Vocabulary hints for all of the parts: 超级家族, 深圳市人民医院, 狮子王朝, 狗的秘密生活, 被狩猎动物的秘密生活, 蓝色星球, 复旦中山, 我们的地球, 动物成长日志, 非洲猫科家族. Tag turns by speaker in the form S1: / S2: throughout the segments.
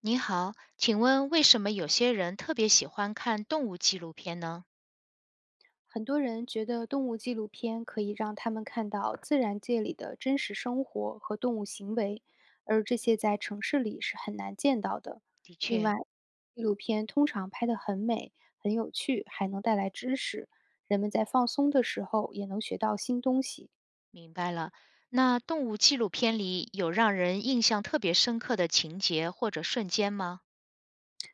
S1: 你好，请问为什么有些人特别喜欢看动物纪录片呢？
S2: 很多人觉得动物纪录片可以让他们看到自然界里的真实生活和动物行为，而这些在城市里是很难见到的。
S1: 的
S2: 另
S1: 确，
S2: 外，纪录片通常拍得很美、很有趣，还能带来知识，人们在放松的时候也能学到新东西。
S1: 明白了。那动物纪录片里有让人印象特别深刻的情节或者瞬间吗？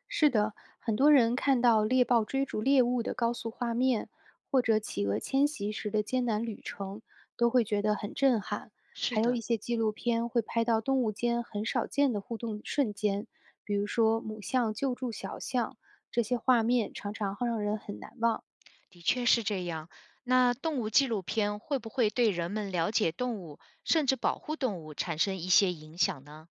S2: 是的，很多人看到猎豹追逐猎物的高速画面，或者企鹅迁徙时的艰难旅程，都会觉得很震撼。
S1: 是
S2: 还有
S1: 的，
S2: 一些纪录片会拍到动物间很少见的互动瞬间，比如说母象救助小象，这些画面常常会让人很难忘。
S1: 的确是这样。那动物纪录片会不会对人们了解动物，甚至保护动物产生一些影响呢？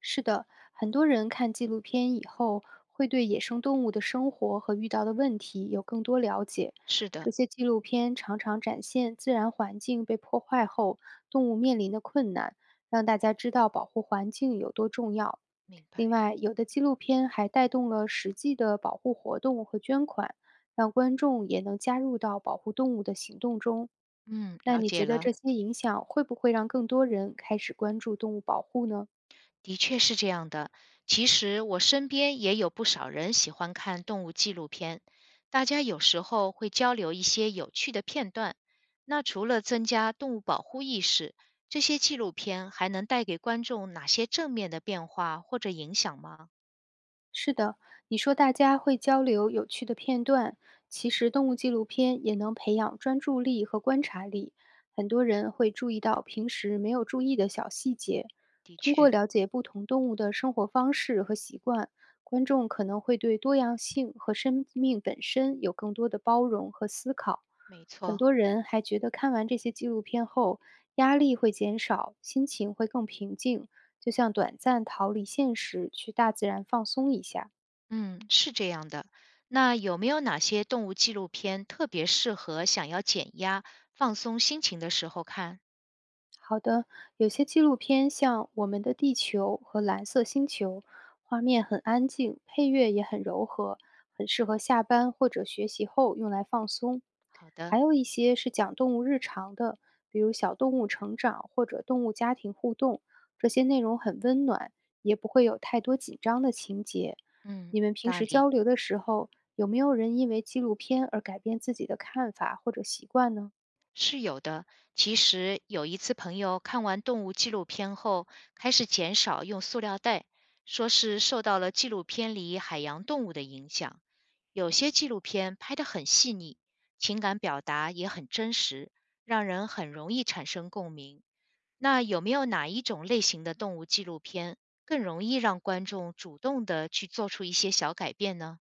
S2: 是的，很多人看纪录片以后，会对野生动物的生活和遇到的问题有更多了解。
S1: 是的，
S2: 这些纪录片常常展现自然环境被破坏后，动物面临的困难，让大家知道保护环境有多重要。
S1: 明白。
S2: 另外，有的纪录片还带动了实际的保护活动和捐款，让观众也能加入到保护动物的行动中。
S1: 嗯，
S2: 那
S1: 了
S2: 你
S1: 解
S2: 觉得
S1: 了。
S2: 这些影响会不会让更多人开始关注动物保护呢？
S1: 的确是这样的。其实我身边也有不少人喜欢看动物纪录片，大家有时候会交流一些有趣的片段。那除了增加动物保护意识，这些纪录片还能带给观众哪些正面的变化或者影响吗？
S2: 是的，你说大家会交流有趣的片段，其实动物纪录片也能培养专注力和观察力。很多人会注意到平时没有注意的小细节。
S1: 的
S2: 通
S1: 确，
S2: 过了解不同动物的生活方式和习惯，观众可能会对多样性和生命本身有更多的包容和思考。
S1: 没
S2: 很
S1: 错，
S2: 多人还觉得看完这些纪录片后，压力会减少，心情会更平静。就像短暂逃离现实，去大自然放松一下。
S1: 嗯，是这样的。那有没有哪些动物纪录片特别适合想要减压、放松心情的时候看？
S2: 好的，有些纪录片像《我们的地球》和《蓝色星球》，画面很安静，配乐也很柔和，很适合下班或者学习后用来放松。
S1: 好的，
S2: 还有一些是讲动物日常的，比如小动物成长或者动物家庭互动，这些内容很温暖，也不会有太多紧张的情节。
S1: 嗯，
S2: 你们
S1: 有
S2: 平
S1: 道
S2: 时
S1: 理。
S2: 交流的时候，有没有人因为纪录片而改变自己的看法或者习惯呢？
S1: 是有的。其实有一次，朋友看完动物纪录片后，开始减少用塑料袋，说是受到了纪录片里海洋动物的影响。有些纪录片拍得很细腻，情感表达也很真实，让人很容易产生共鸣。那有没有哪一种类型的动物纪录片更容易让观众主动的去做出一些小改变呢？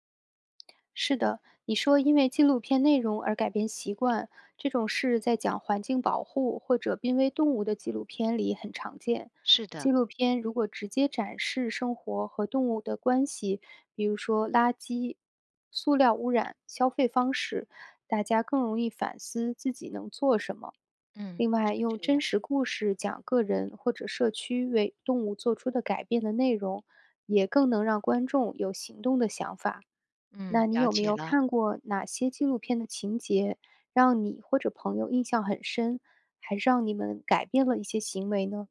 S2: 是的，你说因为纪录片内容而改变习惯，这种事在讲环境保护或者濒危动物的纪录片里很常见。
S1: 是的，
S2: 纪录片如果直接展示生活和动物的关系，比如说垃圾、塑料污染、消费方式，大家更容易反思自己能做什么。
S1: 嗯，
S2: 另
S1: 是
S2: 外，用
S1: 这
S2: 真
S1: 样，
S2: 实故事讲个人或者社区为动物做出的改变的内容，也更能让观众有行动的想法。
S1: 嗯，
S2: 那你
S1: 了
S2: 有没
S1: 解
S2: 有
S1: 了。
S2: 看过哪些纪录片的情节让你或者朋友印象很深，还让你们改变了一些行为呢？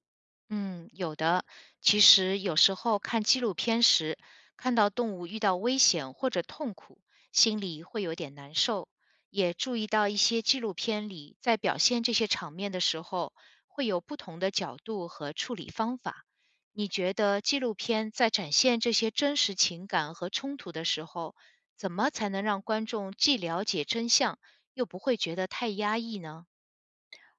S1: 嗯，有的。其实有时候看纪录片时，看到动物遇到危险或者痛苦，心里会有点难受。也注意到一些纪录片里，在表现这些场面的时候，会有不同的角度和处理方法。你觉得纪录片在展现这些真实情感和冲突的时候，怎么才能让观众既了解真相，又不会觉得太压抑呢？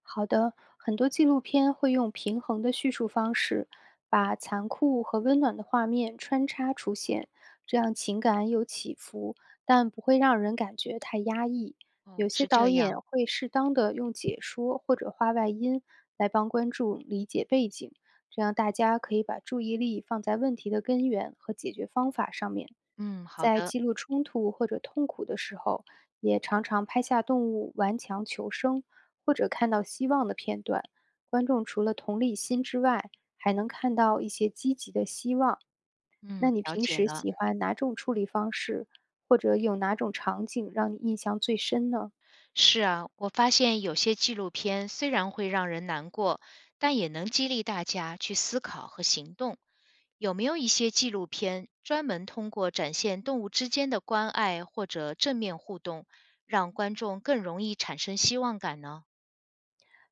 S2: 好的，很多纪录片会用平衡的叙述方式，把残酷和温暖的画面穿插出现，这样情感有起伏，但不会让人感觉太压抑。
S1: 哦，
S2: 有
S1: 是
S2: 些
S1: 这
S2: 导
S1: 样。
S2: 演会适当的用解说或者画外音来帮观众理解背景，这样大家可以把注意力放在问题的根源和解决方法上面。
S1: 嗯，好
S2: 在
S1: 的。
S2: 记录冲突或者痛苦的时候，也常常拍下动物顽强求生。或者看到希望的片段，观众除了同理心之外，还能看到一些积极的希望。那
S1: 嗯，
S2: 你
S1: 了
S2: 平
S1: 解
S2: 时
S1: 了。
S2: 喜欢哪种处理方式，或者有哪种场景让你印象最深呢？
S1: 是啊，我发现有些纪录片虽然会让人难过，但也能激励大家去思考和行动。有没有一些纪录片专门通过展现动物之间的关爱或者正面互动，让观众更容易产生希望感呢？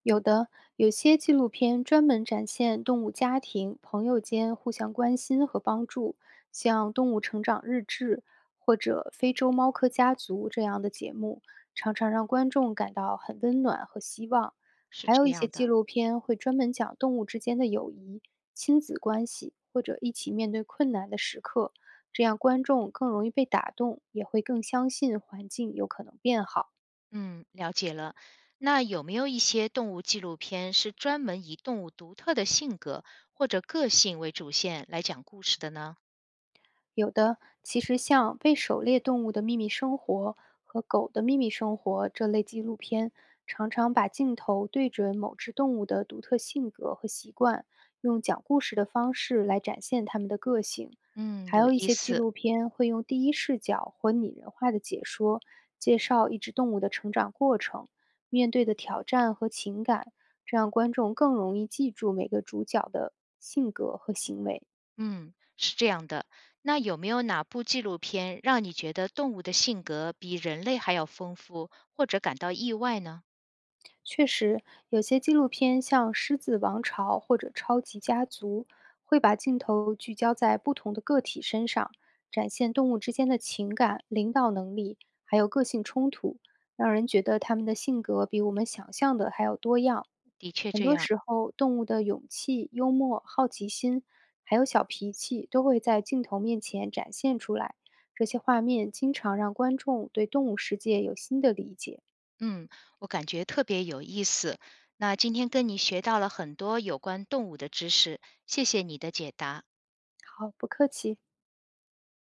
S2: 有的，有些纪录片专门展现动物家庭、朋友间互相关心和帮助，像《动物成长日志》或者《非洲猫科家族》这样的节目，常常让观众感到很温暖和希望。
S1: 是
S2: 还有
S1: 这
S2: 一些
S1: 样
S2: 纪
S1: 的，
S2: 录片会专门讲动物之间的友谊、亲子关系，或者一起面对困难的时刻，这样观众更容易被打动，也会更相信环境有可能变好。
S1: 嗯，了解了。那有没有一些动物纪录片是专门以动物独特的性格或者个性为主线来讲故事的呢？
S2: 有的，其实像《被狩猎动物的秘密生活》和《狗的秘密生活》这类纪录片，常常把镜头对准某只动物的独特性格和习惯，用讲故事的方式来展现它们的个性。
S1: 嗯，
S2: 还
S1: 有
S2: 有一
S1: 意
S2: 些纪
S1: 思。
S2: 录片会用第一视角或拟人化的解说，介绍一只动物的成长过程、面对的挑战和情感，这样观众更容易记住每个主角的性格和行为。
S1: 嗯，是这样的。那有没有哪部纪录片让你觉得动物的性格比人类还要丰富，或者感到意外呢？
S2: 确实，有些纪录片像《狮子王朝》或者《超级家族》，会把镜头聚焦在不同的个体身上，展现动物之间的情感、领导能力，还有个性冲突，让人觉得它们的性格比我们想象的还要多样。
S1: 的确
S2: 很
S1: 这
S2: 多
S1: 样，
S2: 时候，动物的勇气、幽默、好奇心，还有小脾气，都会在镜头面前展现出来。这些画面经常让观众对动物世界有新的理解。
S1: 嗯，我感觉特别有意思。那今天跟你学到了很多有关动物的知识，谢谢你的解答。
S2: 好，不客气。